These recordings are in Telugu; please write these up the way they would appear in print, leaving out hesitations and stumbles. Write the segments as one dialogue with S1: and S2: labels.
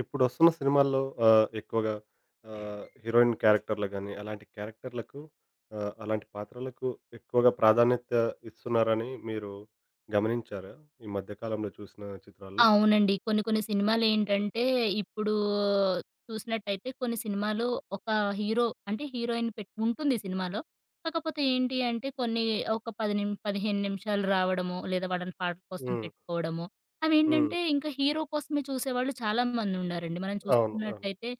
S1: ఇప్పుడొస్తున్న సినిమాల్లో ఎక్కువగా హీరోయిన్ క్యారెక్టర్‌లకు గాని, అలాంటి పాత్రలకు ఎక్కువగా ప్రాధాన్యత ఇస్తున్నారని మీరు గమనించారా? ఈ మధ్య కాలంలో చూసిన చిత్రాల్లో?
S2: అవునండి. కొన్ని కొన్ని సినిమాలేంటంటే, ఇప్పుడు చూసినట్టయితే కొన్ని సినిమాలు ఒక హీరో అంటే హీరోయిన్ పెట్ ఉంటుంది సినిమాలో. కాకపోతే ఏంటి అంటే కొన్ని ఒక 10 15 నిమిషాలు రావడము, లేదా వాళ్ళని పాటల కోసం
S1: హ్మ్.
S2: పెట్టుకోవడము.
S1: హ్మ్.
S2: అవేంటంటే ఇంకా హీరో కోసమే చూసేవాళ్ళు చాలామందున్నారండి. మనం
S1: అవును. అవును.
S2: చూసుకున్నట్టయితే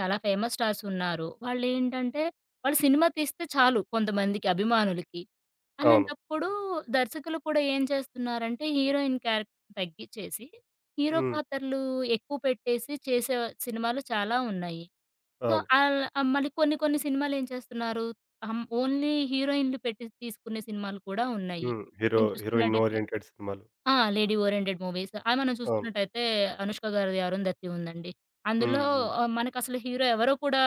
S2: చాలా ఫేమస్ స్టార్స్ ఉన్నారు. వాళ్ళేంటంటే వాళ్ళు సినిమా తీస్తే చాలు కొంతమందికి అభిమానులకి.
S1: అవును.
S2: అలాంటప్పుడు దర్శకులు కూడా ఏం చేస్తున్నారంటే, హీరోయిన్ క్యారెక్టర్ తగ్గిచ్చేసి, హీరో
S1: హ్మ్.
S2: పాత్రలు ఎక్కువ పెట్టేసి చేసే సినిమాలు చాలా ఉన్నాయి. సో,
S1: అవును.
S2: మళ్ళీ కొన్ని కొన్ని సినిమాలేం చేస్తున్నారు, ఓన్లీ హీరోయిన్‌లు పెట్టి తీసుకునే సినిమాలు కూడా ఉన్నాయి.
S1: హ్మ్. హీరో
S2: మనం
S1: హీరోయిన్
S2: చూసుకున్నట్టయితే
S1: ఓరియెంటెడ్ సినిమాలు.
S2: ఆ! Lady oriented movies. అవి మనం
S1: అవును.
S2: చూసుకున్నట్టయితే 'అనుష్క' గారిది 'అరుంధతి' ఉందండి. అందులో
S1: హ్మ్. హ్మ్.
S2: మనకసలు హీరో ఎవరో కూడా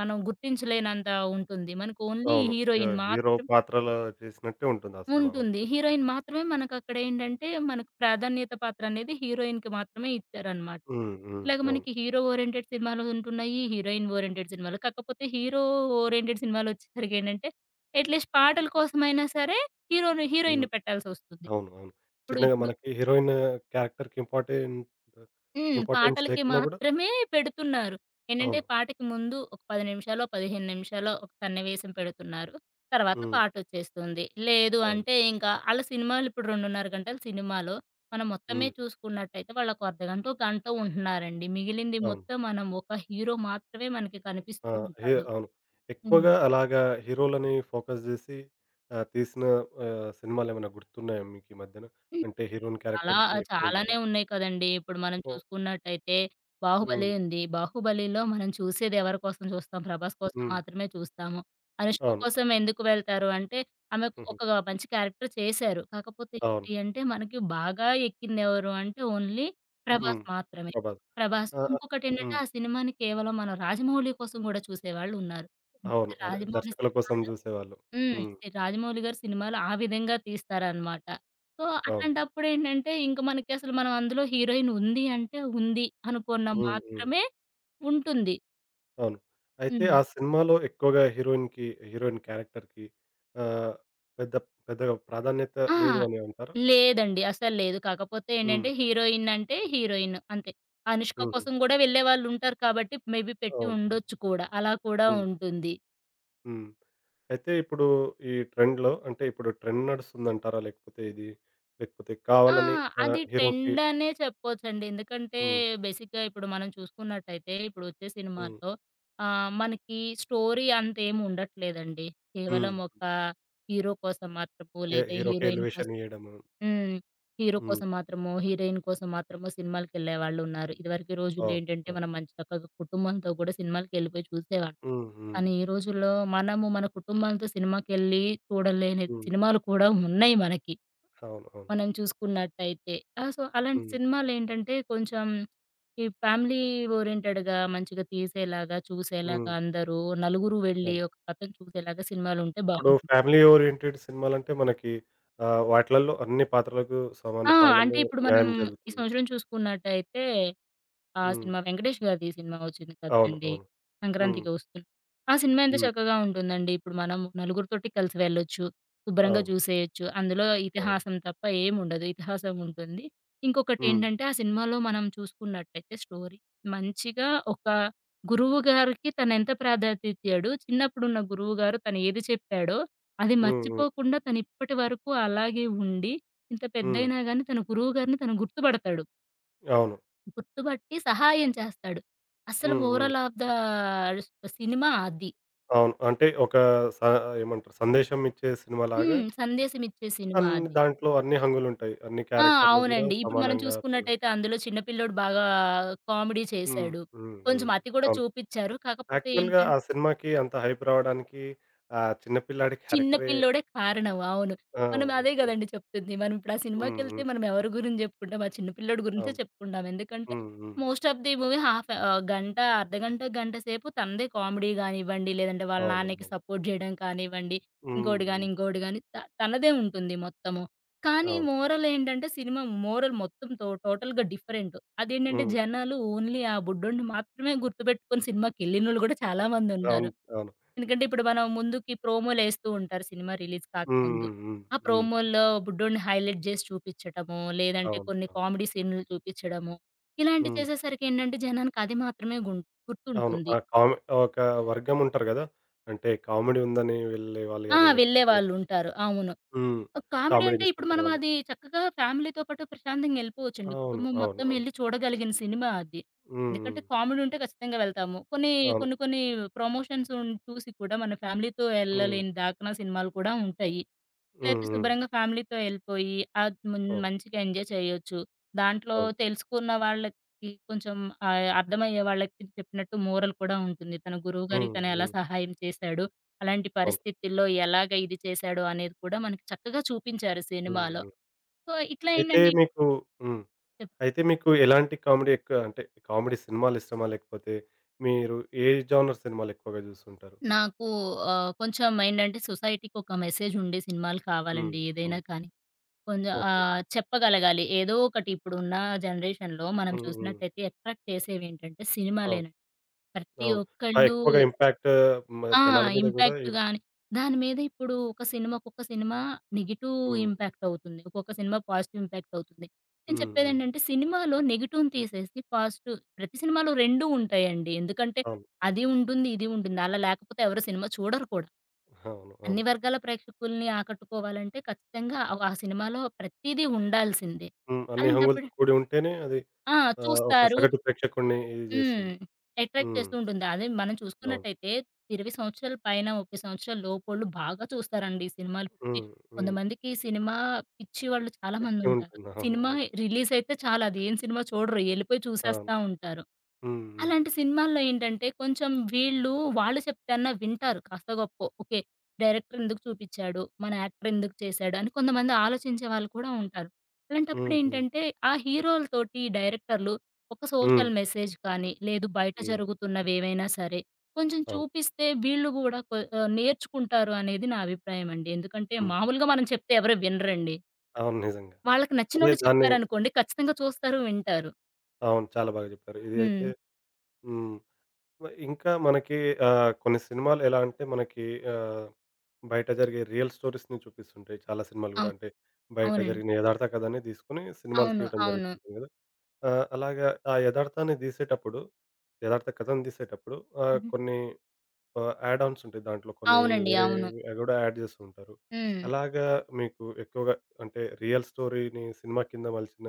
S2: మనం గుర్తించలేనంత ఉంటుంది. మనకు ఓన్లీ
S1: అవును.
S2: హీరోయిన్
S1: హీరో
S2: మాత్రమే
S1: పాత్రలో చేసినట్టే ఉంటుంది ఆ సినిమా. అవును.
S2: ఉంటుంది. హీరోయిన్ మాత్రమే మనకక్కడేంటంటే, మనకు ప్రాధాన్యత పాత్ర అనేది హీరోయిన్‌కి మాత్రమే ఇచ్చారనమాట.
S1: హ్మ్. హ్మ్.
S2: ఇట్లాగ
S1: అవును.
S2: మనకి హీరో ఓరియెంటెడ్ సినిమాలు ఉంటున్నాయి. హీరోయిన్ ఓరియెంటెడ్ సినిమాలు. కాకపోతే హీరో ఓరియెంటెడ్ సినిమాలొచ్చేసరికేంటంటే, అట్‌లీస్ట్ పాటల కోసమైనా సరే హీరోని
S1: హ్మ్.
S2: హీరోయిన్‌ని పెట్టాల్సొస్తుంది.
S1: అవును. అవును.
S2: ఇప్పుడు
S1: చిన్నగా
S2: ఇప్పుడు
S1: మనకి హీరోయిన్ క్యారెక్టర్‌కి ఇంపార్టెంట్
S2: హ్మ్.
S1: ఇంపార్టెన్స్
S2: పాటలకి
S1: లేకున్నా గూడా
S2: మాత్రమే పెడుతున్నారు. ఏంటంటే
S1: అవును.
S2: పాటకి ముందు ఒక 10 నిమిషాలో, 15 నిమిషాలో ఒక సన్నివేశం పెడుతున్నారు. తర్వాత
S1: హ్మ్.
S2: పాటొచ్చేస్తుంది. లేదు
S1: అవును.
S2: అంటే ఇంకా ఆళ్ళ సినిమాలు ఇప్పుడు 2:30 గంటల సినిమాలో మనం మొత్తమే
S1: హ్మ్.
S2: చూసుకున్నట్టయితే వాళ్ళొక అర్ధగంటో, గంటో ఉంటున్నారండి. మిగిలింది
S1: అవును.
S2: మొత్తం మనం ఒక హీరో మాత్రమే మనకి
S1: ఆ!
S2: కనిపిస్తూ
S1: హే
S2: ఉంటాడు.
S1: అవును.
S2: హ్మ్.
S1: ఎక్కువగా అలాగా హీరోలని ఫోకస్ జేసి తీసిన సినిమాలేమైనా గుర్తున్నాయా మీకీ మధ్యన? అంటే హీరోయిన్
S2: చాలా
S1: క్యారెక్టర్‌కి ఎక్కువ
S2: చాలానే
S1: ఇంపార్టెన్స్.
S2: ఉన్నాయి కదండీ! ఇప్పుడు మనం
S1: ఓహ్!
S2: చూసుకున్నట్టయితే 'బాహుబలి'
S1: హ్మ్.
S2: ఉంది. 'బాహుబలిలో' మనం చూసేది ఎవరి కోసం చూస్తాం? 'ప్రభాస్' కోసం
S1: హ్మ్.
S2: మాత్రమే చూస్తాము. 'అనుష్క'
S1: అవును.
S2: కోసం ఎందుకు వెళ్తారు అంటే, ఆమెకు
S1: హుహు.
S2: ఒక మంచి క్యారెక్టర్ చేశారు. కాకపోతే
S1: అవును.
S2: ఏంటి అంటే, మనకి బాగా ఎక్కింది ఎవరు అంటే, ఓన్లీ
S1: హ్మ్.
S2: 'ప్రభాస్' మాత్రమే.
S1: 'ప్రభాస్.'
S2: 'ప్రభాస్'
S1: ఆ! ఆ!
S2: ఇంకొకటేంటంటే,
S1: హ్మ్.
S2: ఆ సినిమాని కేవలం మనం 'రాజమౌళి' కోసం గూడా చూసేవాళ్ళున్నారు.
S1: అవును.
S2: అందుకే
S1: అదే
S2: 'రాజమౌళి'
S1: దర్శకుల కోసం
S2: సినిమాలు
S1: జూసేవాళ్ళు.
S2: హ్మ్.
S1: హ్మ్.
S2: రాజమౌళి గారి సినిమాలు ఆ విధంగా తీస్తారనమాట. సో,
S1: అవును.
S2: అట్లాంటప్పుడేంటంటే, ఇంక మనకసలు మనం అందులో హీరోయిన్ ఉంది అంటే ఉంది అనుకున్న
S1: హ్మ్. హ్మ్.
S2: మాత్రమే ఉంటుంది.
S1: అవును. అయితే
S2: హ్మ్.
S1: ఆ సినిమాలో ఎక్కువగా హీరోయిన్ క్యారెక్టర్‌కి ఆహ్, పెద్ద పెద్దగా ప్రాధాన్యత
S2: ఆ!
S1: లేదు అనే అంటారా?
S2: లేదండి. అసలు లేదు. కాకపోతే
S1: హ్మ్.
S2: ఏంటంటే, హీరోయిన్ అంటే హీరోయిన్ అంతే. 'అనుష్క'
S1: హుహు.
S2: కోసం గూడా వెళ్ళేవాళ్ళుంటారు కాబట్టి, మేబీ పెట్టి
S1: అవును.
S2: ఉండొచ్చు కూడా. అలా కూడా
S1: హ్మ్.
S2: ఉంటుంది.
S1: హ్మ్. అయితే ఇప్పుడు ఈ ట్రెండ్‌లో అంటే ఇప్పుడు ట్రెండ్ నడుస్తుందంటారా? లేకపోతే ఇది లేకపోతే
S2: ఆ!
S1: కావాలని.
S2: అది
S1: హీరోకి.
S2: ట్రెండ్ అనే చెప్పొచ్చండి. ఎందుకంటే
S1: హ్మ్.
S2: బేసిక్‌గా ఇప్పుడు మనం చూసుకున్నట్టయితే ఇప్పుడు వచ్చే
S1: హ్మ్.
S2: సినిమాల్లో మనకి స్టోరీ అంతేమి ఉండట్లేదండి.
S1: హ్మ్.
S2: కేవలం ఒక హీరో కోసం మాత్రము
S1: ఏ
S2: లేదా
S1: హీరోకి
S2: హీరోయిన్ కోసం
S1: ఎలివేషన్ ఇయ్యడము.
S2: హ్మ్. హీరో
S1: హ్మ్.
S2: కోసం మాత్రము, హీరోయిన్ కోసం మాత్రము సినిమాలకెళ్ళేవాళ్ళు ఉన్నారు. ఇదివరకు రోజుల్లో
S1: అవును.
S2: ఏంటంటే
S1: అవును.
S2: మనం మంచి చక్కగా కుటుంబంతో కూడా సినిమాలకెళ్ళిపోయి చూసేవాళ్ళం.
S1: హ్మ్. హ్మ్.
S2: కానీ ఈ రోజుల్లో మనము మన కుటుంబాలతో సినిమాకెళ్ళి చూడలేని
S1: హ్మ్.
S2: సినిమాలు కూడా ఉన్నాయి మనకి.
S1: అవును. అవును.
S2: మనం చూసుకున్నట్టయితే. ఆ! సో, అలాంటి
S1: హ్మ్.
S2: సినిమాలేంటంటే కొంచెం ఈ ఫ్యామిలీ ఓరియెంటెడ్‌గా మంచిగా తీసేలాగా, చూసేలాగా
S1: హ్మ్.
S2: అందరూ నలుగురు వెళ్లి
S1: అవును.
S2: ఒక కథను చూసేలాగా సినిమాలుంటే
S1: ఇప్పుడు
S2: బావుంటుంది.
S1: ఫ్యామిలీ ఓరియంటెడ్ సినిమాలంటే మనకి వాటిలల్లో అన్ని పాత్రలకు సమాన
S2: ఆ! అంటే
S1: పాళ్ళలో
S2: ఇప్పుడు మనం
S1: న్యాయం
S2: ఈ
S1: జరుగుతుంది.
S2: సంవత్సరం చూసుకున్నట్టయితే ఆ
S1: హ్మ్.
S2: సినిమా 'వెంకటేష్' గారిది సినిమా ఒచ్చింది
S1: అవును.
S2: కదండీ!
S1: అవును. హ్మ్.
S2: సంక్రాంతికి ఒస్తుంది. ఆ సినిమా ఎంత
S1: హ్మ్.
S2: చక్కగా ఉంటుందండి. ఇప్పుడు మనం నలుగురితోటి కలిసి వెళ్ళొచ్చు. శుభ్రంగా
S1: అవును.
S2: చూసేయొచ్చు. అందులో
S1: అవును.
S2: ఇతిహాసం తప్ప ఏముండదు. ఇతిహాసం ఉంటుంది.
S1: హ్మ్.
S2: ఇంకొకటేంటంటే ఆ సినిమాలో మనం చూసుకున్నట్టయితే స్టోరీ మంచిగా ఒక గురువు గారికి తనెంత ప్రాధాన్యత ఇచ్చాడో, చిన్నప్పుడున్న గురువు గారు తను ఏది చెప్పాడో, అది
S1: హ్మ్. హ్మ్.
S2: మర్చిపోకుండా తను ఇప్పటి వరకు అలాగే ఉండి, ఇంత
S1: హ్మ్.
S2: పెద్దయినా గాని తన గురువు గారిని తను గుర్తుపడతాడు.
S1: అవును.
S2: గుర్తుబట్టి సహాయం చేస్తాడు. అసలు
S1: హ్మ్. హ్మ్.
S2: ఓవరాల్ ఆఫ్ ద సినిమా అది.
S1: అవును. అంటే ఒక స ఏమంటారు, సందేశం ఇచ్చే సినిమాలాగా
S2: హ్మ్. సందేశం ఇచ్చే సినిమా
S1: అన్ని
S2: అది.
S1: దాంట్లో, అన్ని హంగులుంటాయి. అన్ని
S2: ఆ!
S1: క్యారెక్టర్‌లు గూడా
S2: అవునండి. ఇప్పుడు మనం
S1: సమానంగా పాల్గొంటాయి.
S2: చూసుకున్నట్టయితే అందులో చిన్న పిల్లోడు బాగా కామెడీ
S1: హ్మ్.
S2: చేశాడు.
S1: హ్మ్. హ్మ్.
S2: కొంచెం అతి కూడా
S1: అవును.
S2: చూపిచ్చారు. కాకపోతే
S1: యాక్చువల్‌గా ఆ
S2: ఏంటంటే
S1: సినిమాకి అంత హైప్ రావడానికి ఆ చిన్న పిల్లాడి
S2: చిన్న
S1: క్యారెక్టరే.
S2: పిల్లోడే కారణం. అవును.
S1: ఆ!
S2: మనం అదే
S1: ఓకే.
S2: గదండీ చెప్తుంది. మనం ఇప్పుడు ఆ
S1: హ్మ్.
S2: సినిమాకెళ్తే
S1: హ్మ్.
S2: మనం ఎవరి గురించి జెప్పుకుంటాం? ఆ చిన్న పిల్లోడి గురించే
S1: అవును.
S2: చెప్పుకుంటాం. ఎందుకంటే
S1: హ్మ్. హ్మ్.
S2: Most of the movie half గంట, అర్ధగంట, గంట సేపు తనదే కామెడీ గానివ్వండి, లేదంటే వాళ్ళ
S1: అవును.
S2: నాన్నకి
S1: అవును.
S2: సపోర్ట్ జేయడం కానివ్వండి,
S1: హ్మ్.
S2: ఇంకోటి గాని,
S1: హ్మ్.
S2: ఇంకోటి గాని తనదే ఉంటుంది మొత్తము. కానీ
S1: అవును.
S2: మోరల్ ఏంటంటే సినిమా మోరల్ మొత్తం టోటల్‌గా డిఫరెంట్. అదేంటంటే
S1: హ్మ్.
S2: జనాలు ఓన్లీ ఆ బుడ్డోడిని మాత్రమే గుర్తుపెట్టుకొని సినిమాకెళ్ళినోళ్ళు గూడా చాలా మందున్నారు.
S1: అవును. అవును.
S2: ఎందుకంటే ఇప్పుడు మనం ముందుకి ప్రోమోలేస్తూ ఉంటారు సినిమా రిలీజ్
S1: హ్మ్.
S2: కాకముందు.
S1: హ్మ్. హ్మ్.
S2: ఆ
S1: హ్మ్.
S2: ప్రోమోల్లో బుడ్డోడిని హైలైట్ జేసి చూపిచ్చటము, లేదంటే
S1: అవును.
S2: కొన్ని
S1: అవును.
S2: కామెడీ సీన్‌లు చూపిచ్చడము. ఇలాంటివి
S1: హ్మ్.
S2: చేసేసరికేంటంటే జనానికి అది మాత్రమే
S1: అవును.
S2: గుర్తుంటుంది.
S1: ఆ కామె ఒక వర్గం ఉంటారు గదా! అంటే కామెడీ ఉందని వెళ్ళే వాళ్ళు
S2: ఆ!
S1: గాని, లేకపోతే.
S2: వెళ్ళేవాళ్ళుంటారు. అవును.
S1: హ్మ్.
S2: కామెడీ అంటే
S1: కామెడీని
S2: ఇప్పుడు మనం
S1: ఇష్టపడేవాళ్ళు.
S2: అది చక్కగా ఫ్యామిలీతో పాటు ప్రశాంతంగా ఎళ్ళిపోవచ్చండి.
S1: అవును.
S2: కుటుంబం
S1: అవును.
S2: మొత్తం
S1: అవును.
S2: ఎళ్లి చూడగలిగిన సినిమా అది.
S1: హ్మ్.
S2: ఎందుకంటే
S1: హ్మ్.
S2: కామెడీ ఉంటే ఖచ్చితంగా వెళ్తాము.
S1: అవును.
S2: కొన్ని ప్రమోషన్స్ చూసి కూడా మన ఫ్యామిలీతో
S1: హ్మ్.
S2: ఎళ్ళలేని దాకనా సినిమాలు కూడా ఉంటాయి. ట్రిప్‌లయితే
S1: హ్మ్. హ్మ్.
S2: శుభ్రంగా ఫ్యామిలీతో ఎళ్ళిపోయి, ఆద్ మున్
S1: అవును.
S2: మంచిగా ఎంజాయ్ చేయొచ్చు. దాంట్లో
S1: అవును.
S2: తెలుసుకున్న వాళ్ళకి కొంచెం అర్థమయ్యే వాళ్ళకి చెప్పినట్టు మోరల్ కూడా ఉంటుంది. తన గురువు గారికి
S1: హ్మ్.
S2: తను ఎలా
S1: హ్మ్.
S2: సహాయం చేశాడు, అలాంటి
S1: అవును.
S2: పరిస్థితుల్లో ఎలాగ ఇది చేశాడు అనేది కూడా మనకి చక్కగా చూపించారు
S1: హ్మ్.
S2: సినిమాలో.
S1: హ్మ్.
S2: సో, ఇట్లా
S1: అయితే
S2: ఏంటంటే
S1: మీకు హ్మ్.
S2: చెప్
S1: అయితే మీకు ఎలాంటి కామెడీ ఎక్కువ? అంటే కామెడీ సినిమాలిష్టమా? లేకపోతే మీరు ఏ జోనర్ సినిమాలు ఎక్కువగా జూస్తుంటారు?
S2: నాకు కొంచెం ఏంటంటే సొసైటీకి ఒక మెసేజ్ ఉండే సినిమాలు
S1: హ్మ్.
S2: కావాలండి ఏదైనా
S1: హ్మ్.
S2: కానీ. కొంచెం
S1: ఓకే.
S2: చెప్పగలగాలి. ఏదో ఒకటి ఇప్పుడున్న జనరేషన్‌లో మనం
S1: హ్మ్. హ్మ్.
S2: చూసినట్టయితే అట్రాక్ట్ చేసేవేంటంటే
S1: అవును.
S2: సినిమాలేనండి. ప్రతి
S1: అవును. ఆ!
S2: ఒక్కళ్ళు
S1: ఎక్కువగా ఇంపాక్ట్,
S2: ఆ!
S1: జనాల మీద గూడా
S2: ఇంపాక్ట్ గాని దాని మీద ఇప్పుడు ఒక సినిమా ఒక్కొక్క సినిమా నెగెటివ్
S1: హ్మ్.
S2: ఇంపాక్ట్ అవుతుంది. ఒక్కొక్క సినిమా పాజిటివ్ ఇంపాక్ట్ అవుతుంది. నేను
S1: హ్మ్. హ్మ్.
S2: చెప్పేదేంటంటే సినిమాలో నెగెటివ్‌ని తీసేసి పాజిటివ్ ప్రతి సినిమాలో 2 ఉంటాయండి. ఎందుకంటే
S1: అవును. అవును.
S2: అది ఉంటుంది, ఇది ఉంటుంది. అలా లేకపోతే ఎవరు సినిమా చూడరు కూడా.
S1: అవును.
S2: అన్ని
S1: అవును.
S2: వర్గాల ప్రేక్షకుల్ని ఆకట్టుకోవాలంటే ఖచ్చితంగా ఆ సినిమాలో ప్రతీదీ ఉండాల్సిందే.
S1: హ్మ్. అన్ని హంగులతో
S2: అలాంటప్పుడు
S1: కూడి ఉంటేనే అది
S2: ఆ!
S1: ఒక
S2: చూస్తారు.
S1: సగటు ప్రేక్షకుడిని ఇది
S2: హ్మ్.
S1: జేస్తుంది.
S2: అట్రాక్ట్
S1: హ్మ్.
S2: చేస్తూ ఉంటుంది. అదే మనం
S1: అవును.
S2: చూసుకున్నట్టయితే 20 సంవత్సరాల పైన, 30 సంవత్సరాల లోపోళ్ళు బాగా చూస్తారండి ఈ సినిమాలు. పిచ్చి
S1: హ్మ్. హ్మ్.
S2: కొంతమందికి సినిమా పిచ్చి వాళ్ళు చాలా
S1: పిచ్చి
S2: మందుంటారు.
S1: ఉంటుంది. అవును.
S2: సినిమా
S1: అవును.
S2: రిలీజయితే చాలు అదేం సినిమా చూడరు. ఎళ్ళిపోయి
S1: అవును.
S2: చూసేస్తా ఉంటారు.
S1: హ్మ్. హ్మ్.
S2: అలాంటి సినిమాల్లో ఏంటంటే కొంచెం వాళ్ళు చెప్తేన్నా వింటారు కాస్తో గొప్పో. ఓకే. డైరెక్టర్ ఎందుకు చూపిచ్చాడు? మన యాక్టర్ ఎందుకు చేశాడు? అని కొంతమంది ఆలోచించే వాళ్ళు కూడా ఉంటారు.
S1: హ్మ్. హ్మ్.
S2: అలాంటప్పుడేంటంటే ఆ హీరోలతోటి డైరెక్టర్లు ఒక
S1: హ్మ్.
S2: సోషల్ మెసేజ్ కానీ, లేదు బయట
S1: హ్మ్.
S2: జరుగుతున్నవేవైనా సరే కొంచెం
S1: అవును.
S2: చూపిస్తే వీళ్ళు గూడా నేర్చుకుంటారు అనేది నా అభిప్రాయం అండి. ఎందుకంటే
S1: హ్మ్.
S2: మామూలుగా మనం చెప్తే ఎవరు వినరండి.
S1: అవును. నిజంగా.
S2: వాళ్ళకి
S1: అదే
S2: నచ్చినోళ్ళు
S1: దాన్ని.
S2: చెప్పారనుకోండి ఖచ్చితంగా చూస్తారు, వింటారు.
S1: అవును. చాలా బాగా జెప్పారు. ఇది అయితే.
S2: హ్మ్.
S1: హ్మ్. ఇంకా మనకి కొన్ని సినిమాలు ఎలా అంటే మనకి ఆహ్, బయట జరిగే రియల్ స్టోరీస్‌ని చూపిస్తుంటాయి. చాలా సినిమాలు గూడా
S2: అవు
S1: అంటే బయట
S2: అవునండి.
S1: జరిగిన యథార్థ కథని తీసుకొని సినిమాలు
S2: అవును.
S1: తీయడం
S2: అవును.
S1: జరుగుతుంటుంది గదా! అలాగా యథార్థ కథను తీసేటప్పుడు
S2: హుహు.
S1: కొన్ని యాడ్ ఆన్స్ ఉంటాయి. దాంట్లో కొన్ని
S2: అవునండి. అవును.
S1: వేరేవి అవి గూడా యాడ్ చేస్తూ ఉంటారు.
S2: హ్మ్.
S1: అలాగా మీకు ఎక్కువగా అంటే రియల్ స్టోరీని సినిమా కింద మలిచిన,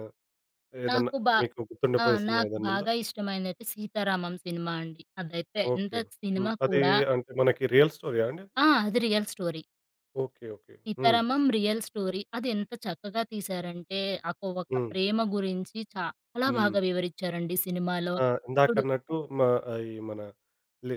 S1: ఏదన్నా
S2: నాకు బా
S1: మీకు
S2: ఆ!
S1: గుర్తుండిపోయే సినిమా
S2: నాకు
S1: ఏదన్నా ఉందా?
S2: బాగా ఇష్టమైనదైతే 'సీతారామం' సినిమా అండి. అదైతే ఎంత
S1: ఓకే. హ్మ్.
S2: సినిమా
S1: అది
S2: కూడా
S1: అంటే మనకి రియల్ స్టోరీయా అండి?
S2: ఆ! అది రియల్ స్టోరీ.
S1: ఓకే. ఓకే. హ్మ్.
S2: 'Sitaramam' real story. అది ఎంత చక్కగా తీశారంటే, ఆకు ఒక
S1: హ్మ్.
S2: ప్రేమ గురించి చాలా
S1: హ్మ్.
S2: బాగా వివరిచ్చారండి సినిమాలో.
S1: ఆ!
S2: ఇప్పుడు
S1: ఇందాకన్నట్టు ఈ మన లే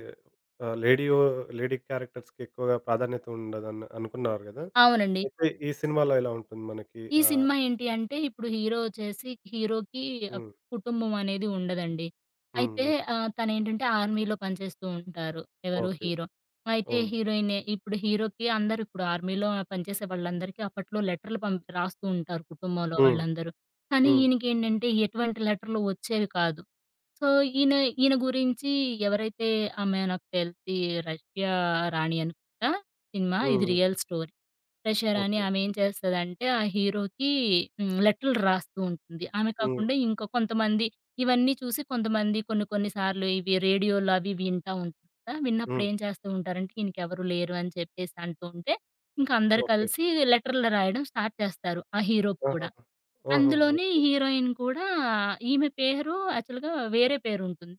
S1: ఆహ్, లేడియో లేడీ క్యారెక్టర్స్‌కి ఎక్కువగా ప్రాధాన్యత ఉండదని అనుకున్నారు గదా!
S2: అవునండి.
S1: అయితే ఈ సినిమాలో ఎలా ఉంటుంది మనకి?
S2: ఈ సినిమా ఏంటి అంటే, ఇప్పుడు హీరో వచ్చేసి హీరోకి ఆహ్,
S1: హ్మ్.
S2: కుటుంబం అనేది ఉండదండి.
S1: హ్మ్.
S2: అయితే
S1: హ్మ్.
S2: తనేంటంటే ఆర్మీలో పనిచేస్తూ ఉంటారు. ఎవరు?
S1: ఓకే.
S2: హీరో. అయితే
S1: హ్మ్.
S2: హీరోయిన్ ఇప్పుడు హీరోకి అందరూ ఇప్పుడు ఆర్మీలో పనిచేసే వాళ్ళందరికీ అప్పట్లో లెటర్‌లు రాస్తూ ఉంటారు కుటుంబంలో
S1: హ్మ్.
S2: వాళ్ళందరూ. కానీ
S1: హ్మ్.
S2: ఈయనకేంటంటే ఎటువంటి లెటర్‌లు వచ్చేవి కాదు. సో, ఈయన ఈయన గురించి ఎవరైతే ఆమె నాకు తెలిసి రష్యా రాణి అనుకుంటా సినిమా.
S1: హ్మ్.
S2: ఇది
S1: హ్మ్.
S2: Real story. రష్యా రాణి
S1: ఓకే.
S2: ఆమె ఏం చేస్తదంటే ఆ హీరోకి హ్మ్, లెటర్లు రాస్తూ ఉంటుంది. ఆమె
S1: హ్మ్.
S2: కాకుండా ఇంకా కొంతమంది ఇవన్నీ చూసి కొంతమంది కొన్ని కొన్ని సార్లు ఇవి రేడియోలో అవి వింటా ఉంటారు కదా! విన్నప్పుడు
S1: హ్మ్.
S2: ఏం చేస్తూ ఉంటారంటే ఈయనకెవరు లేరు అని చెప్పేసి అంటూ ఉంటే, ఇంక అందరూ
S1: ఓకే.
S2: కలిసి లెటర్లు రాయడం స్టార్ట్ చేస్తారు. ఆ హీరోకి
S1: ఆహా!
S2: కూడా.
S1: ఆహా!
S2: అందులోని
S1: ఓకే.
S2: హీరోయిన్ కూడా ఈమె పేరు యాక్చువల్‌గా వేరే పేరుంటుంది.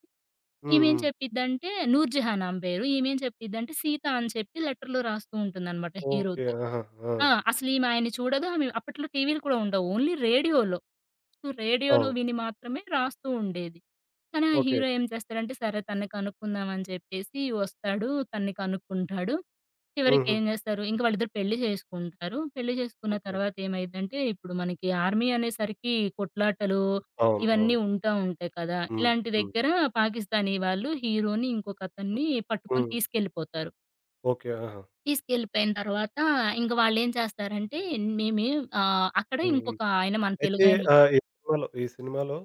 S1: హ్మ్.
S2: ఈమేం
S1: హ్మ్.
S2: చెప్పిద్దంటే 'నూర్జహాన్' ఆమె పేరు. ఈమేం చెప్పిద్దంటే సీత అని చెప్పి లెటర్‌లో రాస్తూ ఉంటుందనమాట
S1: ఓకే.
S2: హీరోకి.
S1: ఆహా! ఆ!
S2: ఆ! అసలీమె ఆయన్ని చూడదు. ఆమె అప్పట్లో టీవీలు కూడా ఉండవు. ఓన్లీ రేడియోలో. సో, రేడియోలో
S1: అవును.
S2: విని మాత్రమే రాస్తూ ఉండేది. కానీ ఆ
S1: ఓకే.
S2: హీరో ఏం చేస్తాడంటే, సరే తన్ని కనుక్కుందాం అని చెప్పేసి వస్తాడు. తన్ని కనుక్కుంటాడు.
S1: హుహు.
S2: చివరికేం జేస్తారు, ఇంక వాళ్ళిద్దరు పెళ్లి జేసుకుంటారు. పెళ్లి జేసుకున్న
S1: ఓకే.
S2: తర్వాతేమైద్దంటే, ఇప్పుడు మనకి ఆర్మీ అనేసరికి కొట్లాటలు,
S1: అవును.
S2: ఇవన్నీ
S1: అవును.
S2: ఉంటాయి కదా!
S1: హ్మ్.
S2: ఇలాంటి
S1: హ్మ్.
S2: దగ్గర పాకిస్తానీ వాళ్ళు హీరోని, ఇంకొకతన్ని పట్టుకొని
S1: హ్మ్.
S2: తీసుకెళ్ళిపోతారు.
S1: ఓకే. ఆహా!
S2: తీసుకెళ్ళిపోయిన తర్వాత, ఇంక వాళ్ళేం చేస్తారంటే, మేమే అక్కడ
S1: హ్మ్.
S2: ఇంకొక ఆయన మన
S1: అయితే
S2: తెలుగాయన
S1: ఈ సినిమాలో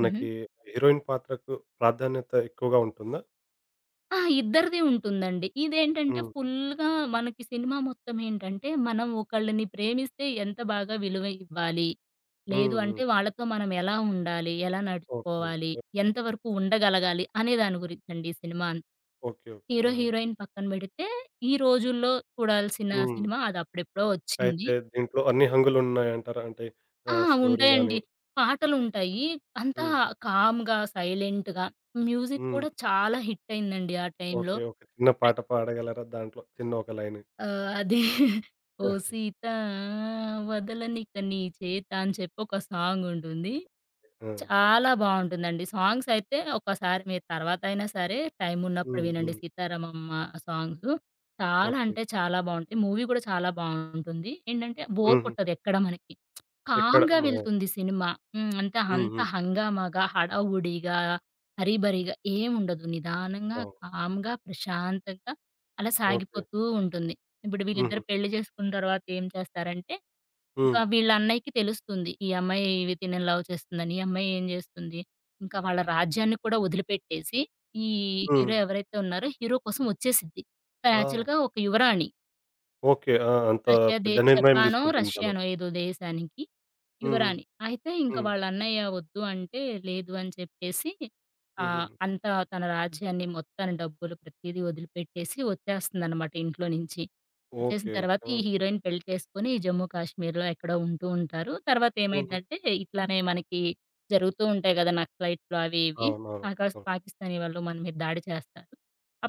S2: ఉంటారు.
S1: హీరోయిన్ పాత్రకు ప్రాధాన్యత ఎక్కువగా ఉంటుందా?
S2: ఆ! ఇద్దరిది ఉంటుందండి. ఇదేంటంటే
S1: హ్మ్.
S2: ఫుల్‌గా మనకి సినిమా మొత్తం ఏంటంటే, మనం ఒకళ్ళని ప్రేమిస్తే ఎంత బాగా విలువ ఇవ్వాలి? లేదు
S1: హ్మ్.
S2: అంటే
S1: హ్మ్.
S2: వాళ్ళతో మనం ఎలా ఉండాలి? ఎలా
S1: ఓకే.
S2: నడుచుకోవాలి? ఎంతవరకు ఉండగలగాలి? అనే దాని గురించండి ఈ సినిమా అంతా.
S1: ఓకే. ఓకే.
S2: హీరో,
S1: ఆహా!
S2: హీరోయిన్ పక్కన బెడితే, ఈ రోజుల్లో చూడాల్సిన
S1: హ్మ్.
S2: సినిమా అది అప్పుడెప్పుడో వచ్చింది.
S1: అయితే దీంట్లో అన్ని హంగులున్నాయంటారా? అంటే
S2: ఆ!
S1: స్టోరీ గాని.
S2: ఉంటాయండి. పాటలుంటాయి. అంతా
S1: హ్మ్.
S2: కామ్‌గా, సైలెంట్‌గా మ్యూజిక్
S1: హ్మ్.
S2: కూడా చాలా హిట్ అయిందండి ఆ టైంలో.
S1: ఓకే. ఓకే. చిన్న పాట పాడగలరా దాంట్లో? చిన్న ఒక లైను.
S2: ఆహ్, అదే ఓ
S1: ఆ!
S2: సీత వదలనిక నీ చేత అని చెప్పి ఒక సాంగుంటుంది. చాలా బావుంటుందండి. సాంగ్స్ అయితే ఒక్కసారి మీరు తర్వాతైనా సరే టైమ్ ఉన్నప్పుడు
S1: హ్మ్.
S2: వినండి
S1: హ్మ్.
S2: 'సీతారామమ్మ' సాంగ్స్. చాలా
S1: ఓకే.
S2: అంటే చాలా బావుంటాయి. మూవీ కూడా చాలా బావుంటుంది. ఏంటంటే బోర్
S1: హుహు.
S2: కొట్టదు ఎక్కడ మనకి.
S1: ఎక్కడ
S2: కామ్‌గా
S1: మా
S2: వెళ్తుంది సినిమా. హ్మ్. అంటే
S1: హ్మ్.
S2: అంత
S1: హ్మ్.
S2: హంగామాగా, హడావుడిగా, హరీబరీగా ఏముండదు. నిదానంగా,
S1: అవును.
S2: కామ్‌గా, ప్రశాంతంగా అలా
S1: ఓకే.
S2: సాగిపోతూ ఉంటుంది. ఇప్పుడు
S1: హుహు.
S2: వీళ్ళిద్దరు పెళ్లి చేసుకున్న తర్వాత ఏం చేస్తారంటే,
S1: హ్మ్.
S2: ఇంకా వీళ్ళ అన్నయ్యకి తెలుస్తుంది. ఈ అమ్మాయి వితిన్ లవ్ చేస్తుందని. ఈ అమ్మాయి ఏం చేస్తుంది, ఇంకా వాళ్ళ రాజ్యాన్ని కూడా వదిలిపెట్టేసి, ఈ
S1: హ్మ్.
S2: హీరో ఎవరైతే ఉన్నారో హీరో కోసం వచ్చేసిద్ది. తను
S1: ఆ!
S2: యాక్చువల్‌గా ఒక యువరాణి.
S1: ఓకే. ఆ! అంత
S2: రష్యా దే
S1: పెద్ద నిర్ణయం
S2: జపానో,
S1: తీసుకుంటుంది తను.
S2: రష్యానో ఏదో దేశానికి
S1: హ్మ్.
S2: యువరాణి. అయితే ఇంక
S1: హ్మ్. హ్మ్.
S2: వాళ్ళ అన్నయ్య వద్దు అంటే, లేదు అని చెప్పేసి
S1: హుహుహు.
S2: అంతా తన రాజ్యాన్ని, మొత్తాన్ని, డబ్బులు ప్రతీదీ వదిలిపెట్టేసి వచ్చేస్తుందనమాట ఇంట్లో నుంచి. వచ్చేసిన
S1: ఓకే.
S2: తర్వాత
S1: ఓకే.
S2: ఈ
S1: ఆ!
S2: హీరోయిన్ పెళ్లి చేసుకొని జమ్మూ కాశ్మీర్‌లో ఎక్కడో ఉంటూ ఉంటారు. తర్వాత
S1: హుహు.
S2: ఏమైద్దంటే, ఇట్లానే మనకి జరుగుతూ ఉంటాయి గదా! నక్సలైట్స్‌లు అవి ఇవి.
S1: అవునవును. అవును.
S2: పాకిస్తానీ వాళ్ళు మన మీద దాడి చేస్తారు.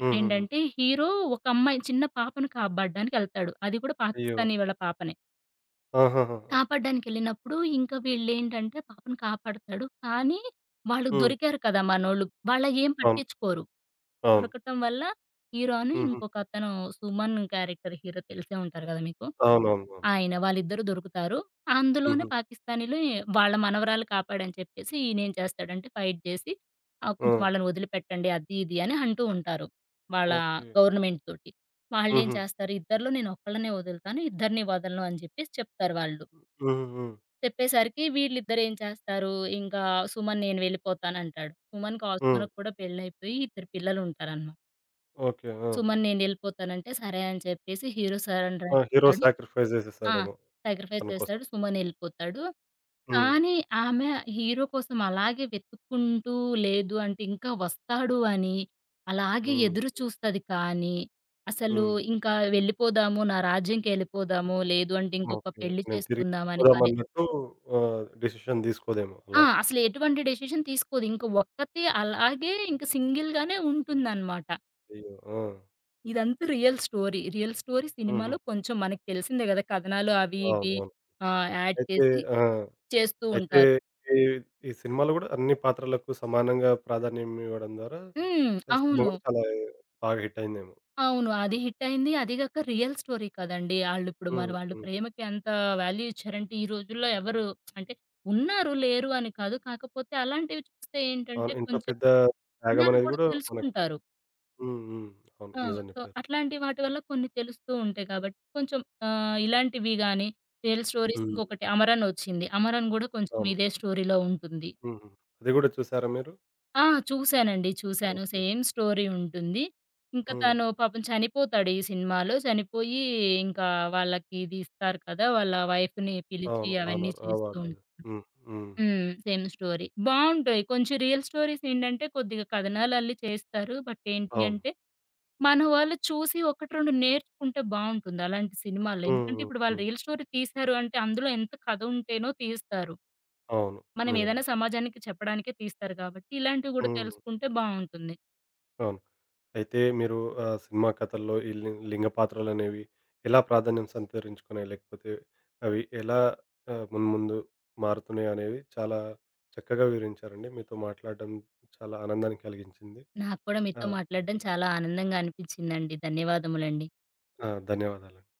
S1: హుహుహు.
S2: హీరో ఒక అమ్మాయి చిన్న పాపను కాపాడడానికెళ్తాడు. అది కూడా
S1: అయ్యో!
S2: పాకిస్తానీ వాళ్ళ పాపనే.
S1: ఆహాహా!
S2: కాపాడడానికెళ్ళినప్పుడు ఇంకా వీళ్ళేంటంటే పాపను కాపాడతాడు. కానీ వాళ్ళు
S1: హ్మ్.
S2: దొరికారు కదా మనోళ్ళు. వాళ్ళయేం
S1: అవును.
S2: పట్టించుకోరు.
S1: అవును.
S2: దొరకటం వల్ల హీరోను
S1: హుహు.
S2: ఇంకొకతను సుమన్ క్యారెక్టర్ హీరో తెలిసే ఉంటారు గదా మీకు.
S1: అవునవునవును.
S2: ఆయన. వాళ్ళిద్దరూ దొరుకుతారు. అందులోనే
S1: హుహు.
S2: పాకిస్తానీలే వాళ్ళ మనవరాలు కాపాడని చెప్పేసి ఈయనేం చేస్తాడంటే ఫైట్ జేసి,
S1: ఆ!
S2: కొంచెం వాళ్ళని వదిలిపెట్టండి అది, ఇది అని అంటూ ఉంటారు. వాళ్ళ
S1: ఓకే.
S2: గవర్నమెంట్ తోటి. వాళ్ళేం
S1: హుహు.
S2: చేస్తారు, ఇద్దరిలో నేను ఒక్కళ్ళనే వదులుతాను, ఇద్దరిని వదలను అని జెప్పేసి చెప్తారు వాళ్ళు.
S1: హుహు. హ్మ్.
S2: చెప్పేసరికి వీళ్ళిద్దరేం చేస్తారు, ఇంకా సుమన్ నేను వెళ్ళిపోతానంటాడు.
S1: హ్మ్.
S2: సుమన్‌కి కూడా పెళ్లయిపోయి ఇద్దరు పిల్లలుంటారనమాట.
S1: ఓకే. ఆ!
S2: సుమన్ నేనెళ్ళిపోతానంటే, సరే అని చెప్పేసి హీరో సరెండర్
S1: ఆ! హీరో
S2: అయిపోతాడు.
S1: సాక్రిఫైస్
S2: ఆ!
S1: చేసేసాడేమో
S2: సాక్రిఫైస్
S1: తన కోసం.
S2: చేస్తాడు. సుమన్ ఎళ్ళిపోతాడు.
S1: హ్మ్.
S2: కానీ ఆమె హీరో కోసం అలాగే వెతుక్కుంటూ లేదు అంటే ఇంకా వస్తాడు అని అలాగే
S1: హ్మ్.
S2: ఎదురు చూస్తది. కానీ అసలు
S1: హ్మ్.
S2: ఇంకా వెళ్ళిపోదాము, నా రాజ్యంకెళ్ళిపోదాము, లేదు అంటే ఇంకొక
S1: ఓకే.
S2: పెళ్లి
S1: నేను తిరిగి
S2: చేసుకుందాం అని కానీ
S1: పోదామన్నట్టు డెసిషన్ తీసుకోదేమో
S2: ఆ!
S1: అలా.
S2: అసలు ఎటువంటి డెసిషన్ తీసుకోదు. ఇంక ఒక్కతే అలాగే ఇంక సింగిల్‌గానే ఉంటుందనమాట.
S1: అయ్యో! ఆ!
S2: ఇదంతా రియల్ స్టోరీ. రియల్ స్టోరీ
S1: హుహు.
S2: సినిమాలో కొంచెం మనకు తెలిసిందే గదా! కథనాలు అవి ఇవి
S1: అవునవును.
S2: యాడ్
S1: అయితే
S2: చేసి
S1: ఆ!
S2: చేస్తూ
S1: అయితే
S2: ఉంటారు.
S1: ఈ ఈ సినిమాలో గూడా అన్ని పాత్రలకు సమానంగా ప్రాధాన్యం ఇవ్వడం ద్వారా
S2: హ్మ్.
S1: ఆ సినిమా
S2: అవును.
S1: గూడా చాలా బాగా హిట్ అయిందేమో.
S2: అవును. అది హిట్టయింది. అది గాక రియల్ స్టోరీ కదండీ. ఆళ్ళిప్పుడు మరి
S1: హ్మ్.
S2: వాళ్ళు
S1: హ్మ్.
S2: ప్రేమకి ఎంత వాల్యూ ఇచ్చారంటే, ఈ రోజుల్లో ఎవరు అంటే ఉన్నారు, లేరు అని కాదు. కాకపోతే అలాంటివి చూస్తే ఏంటంటే,
S1: అవును. ఇంత
S2: కొంచెం
S1: పెద్ద త్యాగం
S2: జనాలు
S1: అనేది
S2: గూడా
S1: గూడా మనకి.
S2: తెలుసుకుంటారు.
S1: హ్మ్. హ్మ్. అవును.
S2: ఆ!
S1: నిజం
S2: సో,
S1: జెప్పారు.
S2: అట్లాంటి వాటి వల్ల కొన్ని తెలుస్తూ ఉంటాయి కాబట్టి, కొంచెం ఇలాంటివి గాని, రియల్ స్టోరీస్
S1: హ్మ్.
S2: ఇంకొకటి 'అమరన్' ఒచ్చింది. 'అమరన్' గూడా కొంచెం
S1: అవును.
S2: ఇదే స్టోరీలో ఉంటుంది.
S1: హుహు. అది గూడా చూసారా మీరు?
S2: ఆ! చూసానండి. చూసాను.
S1: ఓకే.
S2: సేమ్ స్టోరీ ఉంటుంది. ఇంకా
S1: హ్మ్.
S2: తను పాపం చనిపోతాడు ఈ సినిమాలో. చనిపోయి ఇంకా వాళ్ళకి ఇది ఇస్తారు కదా! వాళ్ళ వైఫ్‌ని పిలిచి
S1: అవును.
S2: అవన్నీ
S1: హానర్
S2: చేస్తూ
S1: అవార్డ్ అది. హ్మ్. హ్మ్.
S2: హ్మ్. Same story. బావుంటాయి. కొంచెం రియల్ స్టోరీస్ ఏంటంటే కొద్దిగా కథనాలు అల్లి చేస్తారు. బట్ ఏంటి
S1: అవును.
S2: అంటే మన వాళ్ళు చూసి 1, 2 నేర్చుకుంటే బావుంటుంది అలాంటి సినిమాల్లో.
S1: హ్మ్.
S2: ఎందుకంటే
S1: హ్మ్.
S2: ఇప్పుడు వాళ్ళు
S1: హ్మ్.
S2: రియల్ స్టోరీ తీశారు అంటే అందులో ఎంత కథ ఉంటేనో తీస్తారు.
S1: అవును.
S2: మనం
S1: నిజమే.
S2: ఏదైనా సమాజానికి చెప్పడానికే తీస్తారు కాబట్టి ఇలాంటివి గూడా
S1: హ్మ్.
S2: తెలుసుకుంటే బావుంటుంది.
S1: అవును. అయితే మీరు సినిమా కథల్లో ఈ లింగ పాత్రలనేవి ఎలా ప్రాధాన్యం సంతరించుకున్నాయి? లేకపోతే అవి ఎలా మున్ముందు మారుతున్నాయి అనేవి చాలా చక్కగా వివరించారండి. మీతో మాట్లాడడం చాలా ఆనందాన్ని కలిగించింది.
S2: నాకు కూడా
S1: ఆ!
S2: మీతో మాట్లాడడం చాలా ఆనందంగా అనిపించిందండి. ధన్యవాదములండి.
S1: ఆ! ధన్యవాదాలండి.